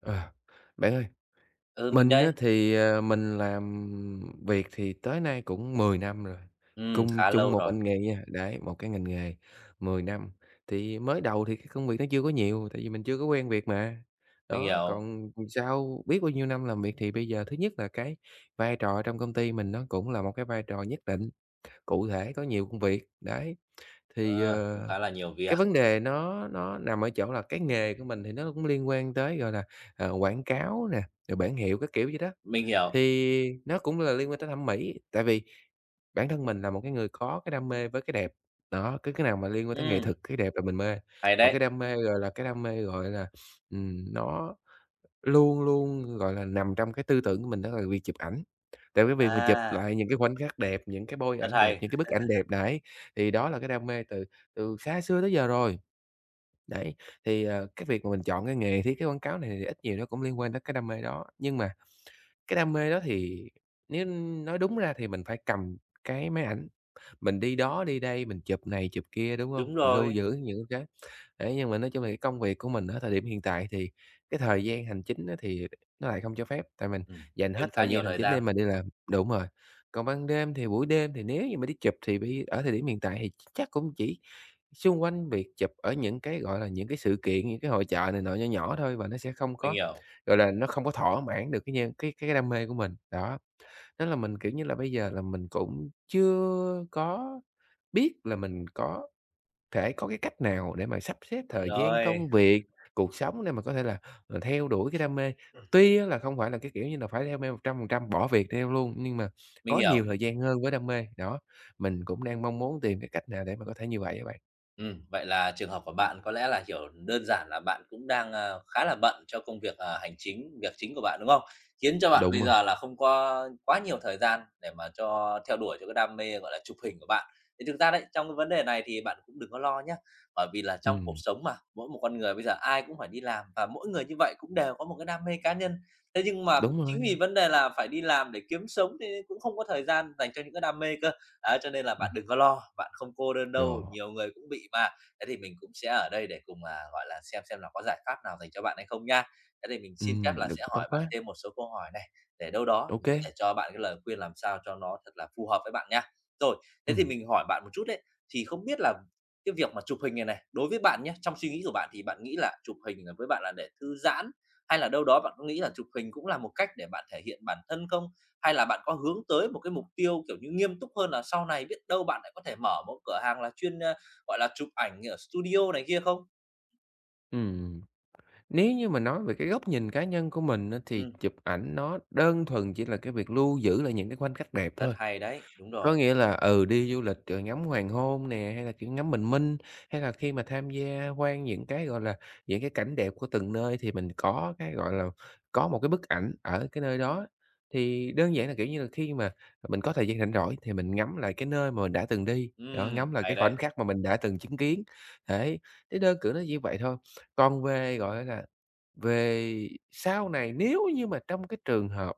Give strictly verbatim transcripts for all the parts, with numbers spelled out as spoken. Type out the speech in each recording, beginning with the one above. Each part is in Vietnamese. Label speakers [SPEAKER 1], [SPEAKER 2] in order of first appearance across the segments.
[SPEAKER 1] À, bạn ơi,
[SPEAKER 2] Ừ, mình
[SPEAKER 1] mình á
[SPEAKER 2] đây.
[SPEAKER 1] thì, ờ, mình làm việc thì tới nay cũng mười năm rồi,
[SPEAKER 2] Ừm,
[SPEAKER 1] cùng
[SPEAKER 2] khá
[SPEAKER 1] chung
[SPEAKER 2] lâu
[SPEAKER 1] một
[SPEAKER 2] rồi,
[SPEAKER 1] ngành nghề nha, đấy, một cái ngành nghề mười năm. Thì mới đầu thì cái công việc nó chưa có nhiều, tại vì mình chưa có quen việc mà.
[SPEAKER 2] mình
[SPEAKER 1] Đó,
[SPEAKER 2] hiểu.
[SPEAKER 1] còn sau biết bao nhiêu năm làm việc thì bây giờ thứ nhất là cái vai trò trong công ty mình nó cũng là một cái vai trò nhất định, cụ thể, có nhiều công việc, đấy. Thì,
[SPEAKER 2] Ờ, cũng
[SPEAKER 1] ờ
[SPEAKER 2] khá là nhiều việc,
[SPEAKER 1] cái vấn đề nó nó nằm ở chỗ là cái nghề của mình thì nó cũng liên quan tới, gọi là, ờ, quảng cáo nè, rồi bảng hiệu các kiểu vậy đó,
[SPEAKER 2] mình hiểu.
[SPEAKER 1] thì nó cũng là liên quan tới thẩm mỹ, tại vì bản thân mình là một cái người có cái đam mê với cái đẹp. Đó, cứ cái nào mà liên quan tới nghệ
[SPEAKER 2] Ừm,
[SPEAKER 1] thuật, cái đẹp là mình mê,
[SPEAKER 2] hay
[SPEAKER 1] và
[SPEAKER 2] đấy.
[SPEAKER 1] cái đam mê, gọi là, cái đam mê, gọi là, ừm, nó luôn luôn, gọi là, nằm trong cái tư tưởng của mình đó là việc chụp ảnh. Tại cái việc mình chụp
[SPEAKER 2] À,
[SPEAKER 1] lại những cái khoảnh khắc đẹp, những cái bôi
[SPEAKER 2] rất
[SPEAKER 1] ảnh đẹp,
[SPEAKER 2] hay.
[SPEAKER 1] những cái bức ảnh đẹp, đấy, thì đó là cái đam mê từ từ xa xưa tới giờ rồi. Đấy, thì, ờ, cái việc mà mình chọn cái nghề thiết kế quảng cáo này thì ít nhiều nó cũng liên quan tới cái đam mê đó. Nhưng mà cái đam mê đó thì nếu nói đúng ra thì mình phải cầm cái máy ảnh, mình đi đó đi đây, mình chụp này chụp kia, đúng không?
[SPEAKER 2] Đúng
[SPEAKER 1] Mình lưu
[SPEAKER 2] rồi,
[SPEAKER 1] giữ những cái đấy, nhưng mà nói chung là cái công việc của mình ở thời điểm hiện tại thì cái thời gian hành chính á thì nó lại không cho phép, tại mình
[SPEAKER 2] ừm,
[SPEAKER 1] dành hết
[SPEAKER 2] chiếm khá
[SPEAKER 1] thời
[SPEAKER 2] nhiều
[SPEAKER 1] gian hành
[SPEAKER 2] thời
[SPEAKER 1] chính để
[SPEAKER 2] gian,
[SPEAKER 1] mà đi làm đúng rồi. Còn ban đêm thì buổi đêm thì nếu như mà đi chụp thì bây ở thời điểm hiện tại thì chắc cũng chỉ xung quanh việc chụp ở những cái, gọi là, những cái sự kiện, những cái hội chợ này nọ nho nhỏ thôi và nó sẽ không
[SPEAKER 2] mình
[SPEAKER 1] có,
[SPEAKER 2] hiểu.
[SPEAKER 1] gọi là, nó không có thỏa mãn được cái nhan cái cái đam mê của mình. Đó, tức là mình, kiểu như là, bây giờ là mình cũng chưa có biết là mình có thể có cái cách nào để mà sắp xếp thời gian,
[SPEAKER 2] Rồi,
[SPEAKER 1] công việc, cuộc sống để mà có thể là, ờ, theo đuổi cái đam mê.
[SPEAKER 2] ừ,
[SPEAKER 1] Tuy á là không phải là cái kiểu như là phải đam mê một trăm phần trăm bỏ việc theo luôn, nhưng mà
[SPEAKER 2] mình
[SPEAKER 1] có
[SPEAKER 2] hiểu.
[SPEAKER 1] nhiều thời gian hơn với đam mê. Đó, mình cũng đang mong muốn tìm cái cách nào để mà có thể như vậy á bạn.
[SPEAKER 2] Ừm, vậy là trường hợp của bạn có lẽ là, kiểu, đơn giản là bạn cũng đang, a, khá là bận cho công việc, à, hành chính, việc chính của bạn, đúng không? Khiến cho bạn
[SPEAKER 1] Đúng
[SPEAKER 2] bây
[SPEAKER 1] rồi.
[SPEAKER 2] giờ là không có quá nhiều thời gian để mà cho theo đuổi cho cái đam mê, gọi là, chụp hình của bạn. Thì thực ra đấy, trong cái vấn đề này thì bạn cũng đừng có lo nhé, bởi vì là trong cuộc
[SPEAKER 1] Ừm,
[SPEAKER 2] sống mà, mỗi một con người bây giờ ai cũng phải đi làm và mỗi người như vậy cũng đều có một cái đam mê cá nhân. Thế nhưng mà cũng
[SPEAKER 1] đúng rồi,
[SPEAKER 2] chính vì vấn đề là phải đi làm để kiếm sống thì cũng không có thời gian dành cho những cái đam mê cơ đấy, cho nên là
[SPEAKER 1] ừm,
[SPEAKER 2] bạn đừng có lo, bạn không cô đơn
[SPEAKER 1] rồi,
[SPEAKER 2] đâu, nhiều người cũng bị mà. Thế thì mình cũng sẽ ở đây để cùng, à, gọi là, xem xem là có giải pháp nào dành cho bạn hay không nha. Thế thì mình xin phép
[SPEAKER 1] ừm,
[SPEAKER 2] là
[SPEAKER 1] được
[SPEAKER 2] sẽ
[SPEAKER 1] tốt
[SPEAKER 2] hỏi bạn
[SPEAKER 1] quá,
[SPEAKER 2] thêm một số câu hỏi này, để đâu đó
[SPEAKER 1] ô
[SPEAKER 2] mình
[SPEAKER 1] kê,
[SPEAKER 2] có thể cho bạn cái lời khuyên làm sao cho nó thật là phù hợp với bạn nha. Rồi, thế thì
[SPEAKER 1] ừm,
[SPEAKER 2] mình hỏi bạn một chút đấy, thì không biết là cái việc mà chụp hình này này, đối với bạn nhé, trong suy nghĩ của bạn thì bạn nghĩ là chụp hình là với bạn là để thư giãn, hay là đâu đó bạn có nghĩ là chụp hình cũng là một cách để bạn thể hiện bản thân không? Hay là bạn có hướng tới một cái mục tiêu, kiểu như, nghiêm túc hơn là sau này biết đâu bạn lại có thể mở một cửa hàng là chuyên, ơ, gọi là, chụp ảnh ở studio này kia không?
[SPEAKER 1] ừm. Nếu như mà nói về cái góc nhìn cá nhân của mình á, thì
[SPEAKER 2] Ừ,
[SPEAKER 1] chụp ảnh nó đơn thuần chỉ là cái việc lưu giữ lại những cái khoảnh khắc đẹp
[SPEAKER 2] rất
[SPEAKER 1] thôi.
[SPEAKER 2] hay đấy, đúng rồi.
[SPEAKER 1] Có nghĩa là, ừ, đi du lịch, rồi ngắm hoàng hôn nè, hay là, kiểu, ngắm bình minh, hay là khi mà tham gia quan những cái, gọi là, những cái cảnh đẹp của từng nơi thì mình có cái, gọi là, có một cái bức ảnh ở cái nơi đó. Thì đơn giản là, kiểu như là, khi mà mình có thời gian rảnh rỗi thì mình ngắm lại cái nơi mà mình đã từng đi,
[SPEAKER 2] Ừ,
[SPEAKER 1] đó, ngắm lại
[SPEAKER 2] hay
[SPEAKER 1] cái khoảnh
[SPEAKER 2] đấy,
[SPEAKER 1] khắc mà mình đã từng chứng kiến, đấy, thế đơn cử nó như vậy thôi. Còn về, gọi là, về sau này nếu như mà trong cái trường hợp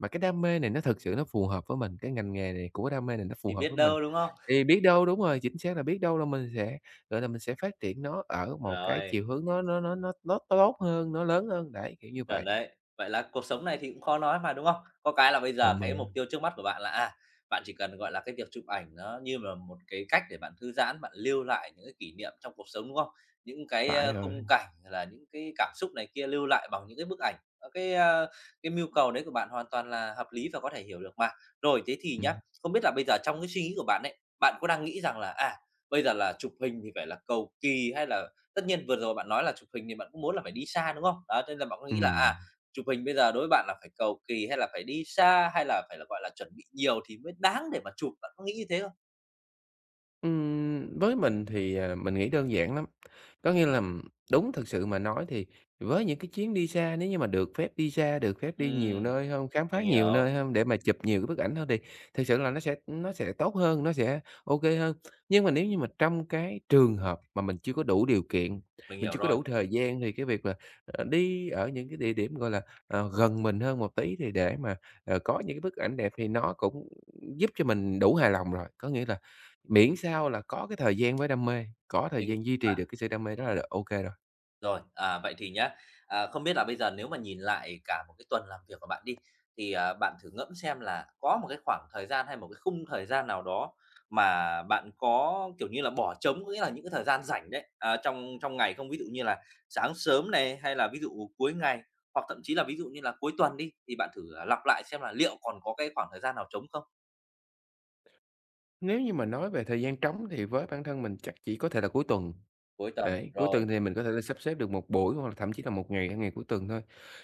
[SPEAKER 1] mà cái đam mê này nó thực sự nó phù hợp với mình, cái ngành nghề này của đam mê này nó phù
[SPEAKER 2] thì
[SPEAKER 1] hợp
[SPEAKER 2] biết
[SPEAKER 1] với mình.
[SPEAKER 2] đâu, đúng không?
[SPEAKER 1] Thì biết đâu đúng rồi, chính xác là biết đâu là mình sẽ, gọi là, mình sẽ phát triển nó ở một cái
[SPEAKER 2] Rồi.
[SPEAKER 1] chiều hướng nó nó nó nó nó tốt hơn, nó lớn hơn, đấy, kiểu như
[SPEAKER 2] Chuẩn
[SPEAKER 1] vậy.
[SPEAKER 2] đấy. Vậy là cuộc sống này thì cũng khó nói mà, đúng không? Có cái là bây giờ
[SPEAKER 1] Đúng
[SPEAKER 2] cái
[SPEAKER 1] rồi,
[SPEAKER 2] mục tiêu trước mắt của bạn là, à, bạn chỉ cần, gọi là, cái việc chụp ảnh nó như là một cái cách để bạn thư giãn, bạn lưu lại những cái kỷ niệm trong cuộc sống, đúng không? Những cái,
[SPEAKER 1] phải
[SPEAKER 2] ơ,
[SPEAKER 1] rồi.
[SPEAKER 2] khung cảnh, rồi là những cái cảm xúc này kia lưu lại bằng những cái bức ảnh. Ơ, cái, a, cái mưu cầu đấy của bạn hoàn toàn là hợp lý và có thể hiểu được mà. Rồi, thế thì nhá,
[SPEAKER 1] Ừm.
[SPEAKER 2] không biết là bây giờ trong cái suy nghĩ của bạn ấy, bạn có đang nghĩ rằng là, à, bây giờ là chụp hình thì phải là cầu kỳ hay là tất nhiên vừa rồi bạn nói là chụp hình thì bạn cũng muốn là phải đi xa, đúng không? Đó, thế là bạn có nghĩ là, à,
[SPEAKER 1] Ừm.
[SPEAKER 2] chụp hình bây giờ đối với bạn là phải cầu kỳ hay là phải đi xa, hay là phải là, gọi là, chuẩn bị nhiều thì mới đáng để mà chụp, bạn có nghĩ như thế không?
[SPEAKER 1] Ừm, với mình thì, à, mình nghĩ đơn giản lắm. Có nghĩa là đúng thực sự mà nói thì với những cái chuyến đi xa, nếu như mà được phép đi xa, được phép đi nhiều
[SPEAKER 2] Ừm,
[SPEAKER 1] nơi hơn, khám phá
[SPEAKER 2] mình
[SPEAKER 1] nhiều
[SPEAKER 2] hiểu,
[SPEAKER 1] nơi hơn để mà chụp nhiều cái bức ảnh hơn thì thực sự là nó sẽ nó sẽ tốt hơn, nó sẽ OK hơn. Nhưng mà nếu như mà trong cái trường hợp mà mình chưa có đủ điều kiện,
[SPEAKER 2] mình
[SPEAKER 1] mình
[SPEAKER 2] hiểu
[SPEAKER 1] chưa có
[SPEAKER 2] rồi,
[SPEAKER 1] đủ thời gian thì cái việc là, ờ, đi ở những cái địa điểm, gọi là, ờ, gần mình hơn một tí thì để mà, ờ, có những cái bức ảnh đẹp thì nó cũng giúp cho mình đủ hài lòng rồi. Có nghĩa là miễn sao là có cái thời gian với đam mê, có thời
[SPEAKER 2] mình
[SPEAKER 1] gian duy trì được cái sự đam mê đó là được ô rồi.
[SPEAKER 2] rồi, à, vậy thì nhá, à, không biết là bây giờ nếu mà nhìn lại cả một cái tuần làm việc của bạn đi, thì, à, bạn thử ngẫm xem là có một cái khoảng thời gian hay một cái khung thời gian nào đó mà bạn có, kiểu như là, bỏ trống, có nghĩa là những cái thời gian rảnh đấy, à, trong trong ngày không? Ví dụ như là sáng sớm này, hay là ví dụ cuối ngày, hoặc thậm chí là ví dụ như là cuối tuần đi, thì bạn thử, à, lặp lại xem là liệu còn có cái khoảng thời gian nào trống không?
[SPEAKER 1] Nếu như mà nói về thời gian trống thì với bản thân mình chắc chỉ có thể là cuối tuần,
[SPEAKER 2] Cuối tuần,
[SPEAKER 1] đấy, cuối
[SPEAKER 2] rồi.
[SPEAKER 1] tuần thì mình có thể là sắp xếp được một buổi hoặc là thậm chí là một ngày ở ngày cuối tuần thôi.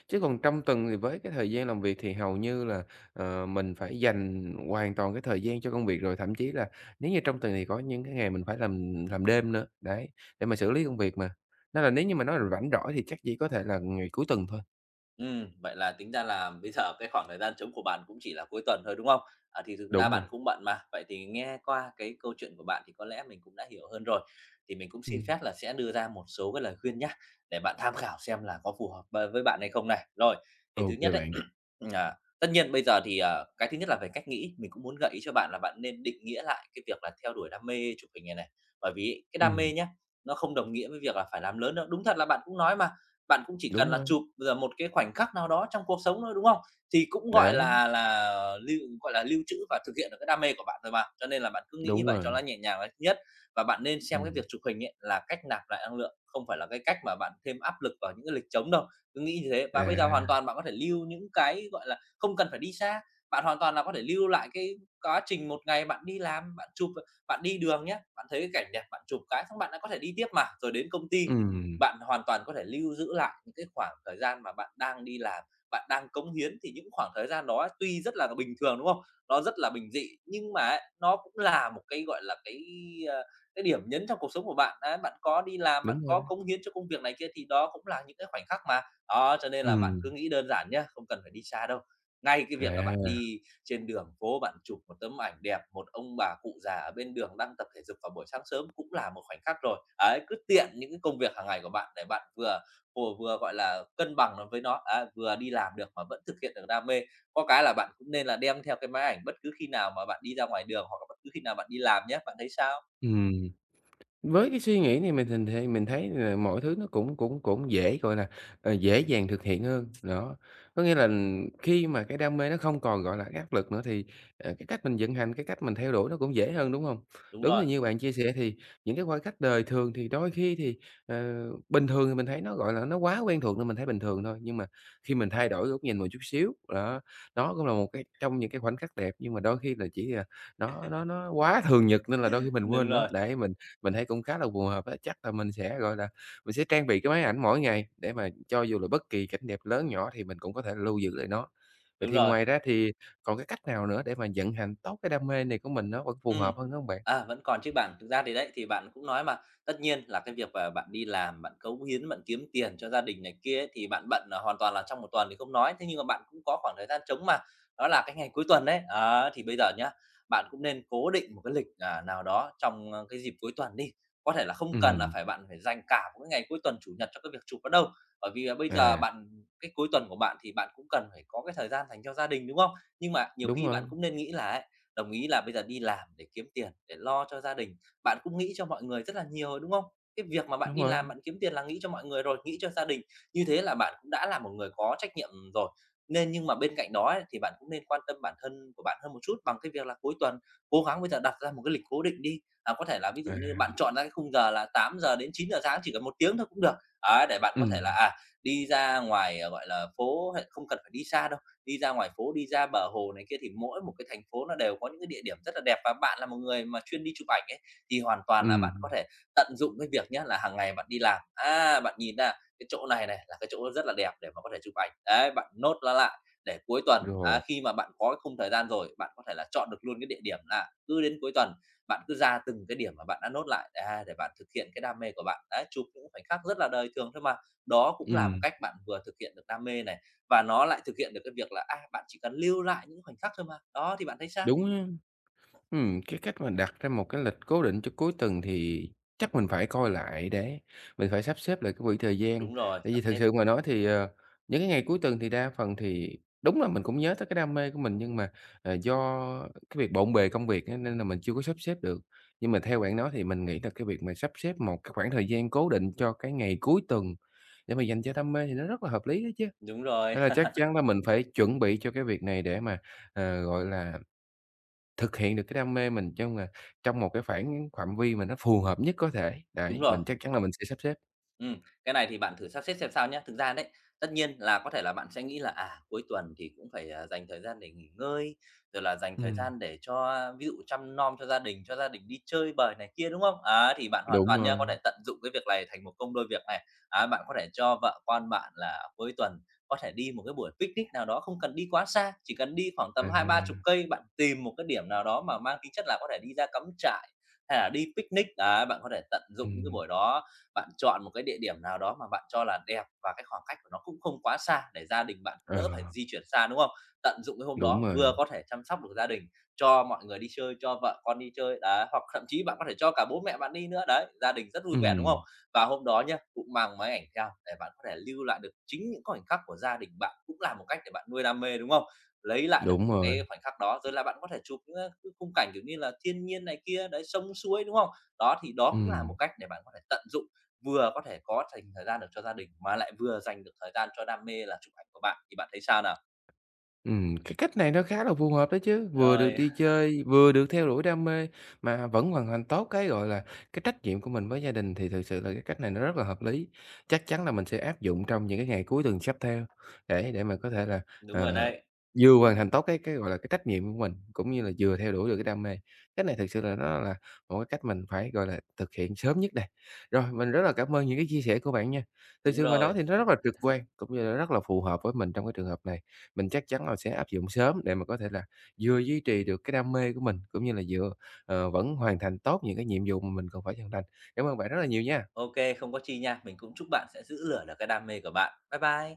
[SPEAKER 1] Chứ còn trong tuần thì với cái thời gian làm việc thì hầu như là, ờ, mình phải dành hoàn toàn cái thời gian cho công việc rồi, thậm chí là nếu như trong tuần thì có những cái ngày mình phải làm làm đêm nữa, đấy, để mà xử lý công việc mà. Nên là nếu như mà nói là rảnh rỗi thì chắc chỉ có thể là ngày cuối tuần thôi.
[SPEAKER 2] Ừm, vậy là tính ra là bây giờ cái khoảng thời gian trống của bạn cũng chỉ là cuối tuần thôi, đúng không? À, thì thực ra
[SPEAKER 1] Đúng rồi,
[SPEAKER 2] bạn cũng bận mà, vậy thì nghe qua cái câu chuyện của bạn thì có lẽ mình cũng đã hiểu hơn rồi. Thì mình cũng xin
[SPEAKER 1] ừm.
[SPEAKER 2] phép là sẽ đưa ra một số cái lời khuyên nhá, để bạn tham khảo xem là có phù hợp b với bạn hay không này. Rồi, thì
[SPEAKER 1] Ô
[SPEAKER 2] thứ nhất đấy
[SPEAKER 1] bạn.
[SPEAKER 2] là tất nhiên bây giờ thì, ờ, cái thứ nhất là về cách nghĩ, mình cũng muốn gợi ý cho bạn là bạn nên định nghĩa lại cái việc là theo đuổi đam mê chụp hình này này. Bởi vì cái đam
[SPEAKER 1] Ừm,
[SPEAKER 2] mê nhá, nó không đồng nghĩa với việc là phải làm lớn đâu. Đúng thật là bạn cũng nói mà, bạn cũng chỉ cần
[SPEAKER 1] đúng
[SPEAKER 2] là
[SPEAKER 1] rồi,
[SPEAKER 2] chụp rồi một cái khoảnh khắc nào đó trong cuộc sống thôi, đúng không? Thì cũng, gọi
[SPEAKER 1] đấy,
[SPEAKER 2] là là, lưu gọi là, lưu trữ và thực hiện được cái đam mê của bạn rồi mà, cho nên là bạn cứ nghĩ như
[SPEAKER 1] đúng
[SPEAKER 2] vậy cho
[SPEAKER 1] rồi,
[SPEAKER 2] nó nhẹ nhàng là nhất. Và bạn nên xem cái
[SPEAKER 1] ừm,
[SPEAKER 2] việc chụp hình ấy là cách nạp lại năng lượng, không phải là cái cách mà bạn thêm áp lực vào những cái lịch trống đâu, cứ nghĩ như thế. Và bây giờ
[SPEAKER 1] à,
[SPEAKER 2] hoàn toàn bạn có thể lưu những cái, gọi là, không cần phải đi xa, bạn hoàn toàn là có thể lưu lại cái quá trình một ngày bạn đi làm, bạn chụp, bạn đi đường nhé, bạn thấy cái cảnh đẹp, bạn chụp cái xong bạn đã có thể đi tiếp mà, rồi đến công ty
[SPEAKER 1] ừm,
[SPEAKER 2] bạn hoàn toàn có thể lưu giữ lại những cái khoảng thời gian mà bạn đang đi làm, bạn đang cống hiến thì những khoảng thời gian đó tuy rất là bình thường, đúng không? Nó rất là bình dị, nhưng mà ấy, nó cũng là một cái, gọi là, cái, ờ, cái điểm nhấn trong cuộc sống của bạn. Đấy, bạn có đi làm, bạn
[SPEAKER 1] đúng rồi,
[SPEAKER 2] có cống hiến cho công việc này kia thì đó cũng là những cái khoảnh khắc mà. Đó, cho nên là bạn cứ
[SPEAKER 1] ừm,
[SPEAKER 2] nghĩ đơn giản nhé, không cần phải đi xa đâu. Ngay cái việc là bạn
[SPEAKER 1] à,
[SPEAKER 2] đi trên đường phố bạn chụp một tấm ảnh đẹp, một ông bà cụ già ở bên đường đang tập thể dục vào buổi sáng sớm cũng là một khoảnh khắc rồi. Ấy, cứ tiện những cái công việc hàng ngày của bạn để bạn vừa vừa vừa, gọi là, cân bằng nó với nó, á, vừa đi làm được mà vẫn thực hiện được đam mê. Có cái là bạn cũng nên là đem theo cái máy ảnh bất cứ khi nào mà bạn đi ra ngoài đường hoặc là bất cứ khi nào bạn đi làm nhé, bạn thấy sao?
[SPEAKER 1] ừm. Với cái suy nghĩ này mình thình thì mình thấy là mọi thứ nó cũng cũng cũng dễ, gọi là, ờ, dễ dàng thực hiện hơn, đó. Có nghĩa là khi mà cái đam mê nó không còn, gọi là, cái áp lực nữa thì, ờ, cái cách mình vận hành, cái cách mình theo đuổi nó cũng dễ hơn, đúng không?
[SPEAKER 2] Đúng
[SPEAKER 1] Đúng
[SPEAKER 2] rồi,
[SPEAKER 1] là như bạn chia sẻ thì những cái khoảnh khắc đời thường thì đôi khi thì, ờ, bình thường thì mình thấy nó, gọi là, nó quá quen thuộc nên mình thấy bình thường thôi, nhưng mà khi mình thay đổi góc nhìn một chút xíu, đó, đó cũng là một cái trong những cái khoảnh khắc đẹp, nhưng mà đôi khi là chỉ là nó nó nó quá thường nhật nên là đôi khi mình
[SPEAKER 2] đúng
[SPEAKER 1] quên nó
[SPEAKER 2] rồi,
[SPEAKER 1] để mình mình thấy cũng khá là phù hợp á, chắc là mình sẽ, gọi là, mình sẽ trang bị cái máy ảnh mỗi ngày để mà cho dù là bất kỳ cảnh đẹp lớn nhỏ thì mình cũng có thể lưu giữ lại nó. Vậy
[SPEAKER 2] đúng
[SPEAKER 1] thì
[SPEAKER 2] rồi.
[SPEAKER 1] ngoài ra thì còn cái cách nào nữa để mà vận hành tốt cái đam mê này của mình nó vẫn phù
[SPEAKER 2] Ừm.
[SPEAKER 1] hợp hơn nữa hông bạn?
[SPEAKER 2] À, vẫn còn chứ bạn. Thực ra thì đấy, thì bạn cũng nói mà, tất nhiên là cái việc, mà bạn đi làm, bạn cống hiến, bạn kiếm tiền cho gia đình này kia ấy, thì bạn bận là hoàn toàn là trong một tuần thì không nói, thế nhưng mà bạn cũng có khoảng thời gian trống mà, đó là cái ngày cuối tuần đấy. Đó, thì bây giờ nhá, bạn cũng nên cố định một cái lịch, à, nào đó trong, ơ, cái dịp cuối tuần đi. Có thể là không cần là
[SPEAKER 1] Ừm,
[SPEAKER 2] phải bạn phải dành cả một cái ngày cuối tuần, Chủ nhật cho cái việc chụp đó đâu, bởi vì là bây giờ
[SPEAKER 1] à,
[SPEAKER 2] bạn cái cuối tuần của bạn thì bạn cũng cần phải có cái thời gian dành cho gia đình, đúng không? Nhưng mà nhiều
[SPEAKER 1] đúng
[SPEAKER 2] khi bạn
[SPEAKER 1] rồi,
[SPEAKER 2] cũng nên nghĩ là ấy đồng ý là bây giờ đi làm để kiếm tiền, để lo cho gia đình. Bạn cũng nghĩ cho mọi người rất là nhiều rồi, đúng không? Cái việc mà bạn
[SPEAKER 1] đúng
[SPEAKER 2] đi
[SPEAKER 1] rồi,
[SPEAKER 2] làm, bạn kiếm tiền là nghĩ cho mọi người rồi, nghĩ cho gia đình. Như thế là bạn cũng đã là một người có trách nhiệm rồi. Nên nhưng mà bên cạnh đó ấy, thì bạn cũng nên quan tâm bản thân của bạn hơn một chút bằng cái việc là cuối tuần cố gắng bây giờ đặt ra một cái lịch cố định đi. À, có thể là ví
[SPEAKER 1] à,
[SPEAKER 2] dụ như bạn chọn ra cái khung giờ là tám giờ đến chín giờ sáng chỉ cần một tiếng thôi cũng được. Đấy, để bạn có
[SPEAKER 1] ừm,
[SPEAKER 2] thể là à đi ra ngoài, à, gọi là phố hay không cần phải đi xa đâu, đi ra ngoài phố, đi ra bờ hồ này kia thì mỗi một cái thành phố nó đều có những cái địa điểm rất là đẹp và bạn là một người mà chuyên đi chụp ảnh ấy, thì hoàn toàn là bạn có
[SPEAKER 1] ừm,
[SPEAKER 2] thể tận dụng cái việc nhá là hàng ngày bạn đi làm, à, bạn nhìn ra cái chỗ này này là cái chỗ rất là đẹp để mà có thể chụp ảnh. Đấy, bạn nốt nó lại để cuối tuần, á,
[SPEAKER 1] rồi,
[SPEAKER 2] khi mà bạn có cái khung thời gian rồi, bạn có thể là chọn được luôn cái địa điểm là cứ đến cuối tuần, bạn cứ ra từng cái điểm mà bạn đã nốt lại, à, để bạn thực hiện cái đam mê của bạn. Đấy, chụp những khoảnh khắc rất là đời thường thôi mà. Đó cũng là một
[SPEAKER 1] ừm,
[SPEAKER 2] cách bạn vừa thực hiện được đam mê này và nó lại thực hiện được cái việc là, à, bạn chỉ cần lưu lại những khoảnh khắc thôi mà. Đó, thì bạn thấy sao?
[SPEAKER 1] đúng á. Ừm, cái cách mà đặt ra một cái lịch cố định cho cuối tuần thì chắc mình phải coi lại để mình phải sắp xếp lại cái quỹ thời gian.
[SPEAKER 2] Đúng rồi,
[SPEAKER 1] Tại
[SPEAKER 2] sắp
[SPEAKER 1] vì thực
[SPEAKER 2] xếp.
[SPEAKER 1] sự mà nói thì, ờ, những cái ngày cuối tuần thì đa phần thì đúng là mình cũng nhớ tới cái đam mê của mình, nhưng mà, ờ, do cái việc bộn bề công việc á nên là mình chưa có sắp xếp được. Nhưng mà theo bạn nói thì mình nghĩ là cái việc mà sắp xếp một cái khoảng thời gian cố định cho cái ngày cuối tuần để mà dành cho đam mê thì nó rất là hợp lý đó chứ.
[SPEAKER 2] Đúng rồi,
[SPEAKER 1] Nên là chắc chắn là mình phải chuẩn bị cho cái việc này để mà, ờ, gọi là, thực hiện được cái đam mê mình trong, là trong một cái khoảng phạm vi mà nó phù hợp nhất có thể,
[SPEAKER 2] đúng
[SPEAKER 1] đấy,
[SPEAKER 2] rồi.
[SPEAKER 1] mình chắc chắn là mình sẽ sắp xếp.
[SPEAKER 2] Ừm, cái này thì bạn thử sắp xếp xem sao nhé. Thực ra đấy, tất nhiên là có thể là bạn sẽ nghĩ là, à, cuối tuần thì cũng phải, à, dành thời gian để nghỉ ngơi, rồi là dành thời
[SPEAKER 1] Ừm,
[SPEAKER 2] gian để cho, à, ví dụ chăm nom cho gia đình, cho gia đình đi chơi bời này kia, đúng không? À thì bạn hoàn
[SPEAKER 1] đúng
[SPEAKER 2] toàn nha,
[SPEAKER 1] rồi,
[SPEAKER 2] có thể tận dụng cái việc này thành một công đôi việc này. À bạn có thể cho vợ con bạn là cuối tuần có thể đi một cái buổi picnic nào đó, không cần đi quá xa, chỉ cần đi khoảng tầm hai ba chục
[SPEAKER 1] à,
[SPEAKER 2] cây, bạn tìm một cái điểm nào đó mà mang tính chất là có thể đi ra cắm trại hay là đi picnic. À bạn có thể tận dụng những cái
[SPEAKER 1] ừm,
[SPEAKER 2] buổi đó, bạn chọn một cái địa điểm nào đó mà bạn cho là đẹp và cái khoảng cách của nó cũng không quá xa để gia đình bạn cũng
[SPEAKER 1] ờ,
[SPEAKER 2] đỡ phải di chuyển xa, đúng không? Tận dụng cái hôm
[SPEAKER 1] đúng
[SPEAKER 2] đó
[SPEAKER 1] rồi,
[SPEAKER 2] vừa có thể chăm sóc được gia đình, cho mọi người đi chơi, cho vợ con đi chơi, đấy, hoặc thậm chí bạn có thể cho cả bố mẹ bạn đi nữa, đấy, gia đình rất vui vẻ, đúng không?
[SPEAKER 1] ừm,
[SPEAKER 2] Và hôm đó nhá, cũng mang máy ảnh theo để bạn có thể lưu lại được chính những khoảnh khắc của gia đình bạn, cũng là một cách để bạn nuôi đam mê, đúng không? Lấy lại được
[SPEAKER 1] đúng
[SPEAKER 2] những
[SPEAKER 1] rồi,
[SPEAKER 2] cái khoảnh khắc đó, rồi là bạn có thể chụp những, ơ, khung cảnh, kiểu như là thiên nhiên này kia, đấy, sông suối, đúng không? Đó, thì đó cũng là
[SPEAKER 1] ừm.
[SPEAKER 2] một cách để bạn có thể tận dụng, vừa có thể có dành thời gian được cho gia đình mà lại vừa dành được thời gian cho đam mê là chụp ảnh của bạn, thì bạn thấy sao nào?
[SPEAKER 1] Ừm, cái cách này nó khá là phù hợp đó chứ, vừa được
[SPEAKER 2] Rồi,
[SPEAKER 1] đi chơi, vừa được theo đuổi đam mê mà vẫn hoàn thành tốt cái, gọi là, cái trách nhiệm của mình với gia đình thì thực sự là cái cách này nó rất là hợp lý. Chắc chắn là mình sẽ áp dụng trong những cái ngày cuối tuần sắp theo để để mà có thể là,
[SPEAKER 2] đúng rồi
[SPEAKER 1] ờ,
[SPEAKER 2] đấy,
[SPEAKER 1] vừa hoàn thành tốt cái cái, gọi là, cái trách nhiệm của mình, cũng như là vừa theo đuổi được cái đam mê. Cái này thực sự là nó là một cái cách mình phải, gọi là, thực hiện sớm nhất đây. Rồi, mình rất là cảm ơn những cái chia sẻ của bạn nha. Thực
[SPEAKER 2] đúng
[SPEAKER 1] sự mà nói
[SPEAKER 2] rồi.
[SPEAKER 1] thì nó rất là trực quan cũng như là rất là phù hợp với mình trong cái trường hợp này. Mình chắc chắn là sẽ áp dụng sớm để mà có thể là vừa duy trì được cái đam mê của mình, cũng như là vừa, ờ, vẫn hoàn thành tốt những cái nhiệm vụ mà mình cần phải hoàn thành. Cảm ơn bạn rất là nhiều nha.
[SPEAKER 2] OK, không có chi nha. Mình cũng chúc bạn sẽ giữ lửa được cái đam mê của bạn. Bye bye.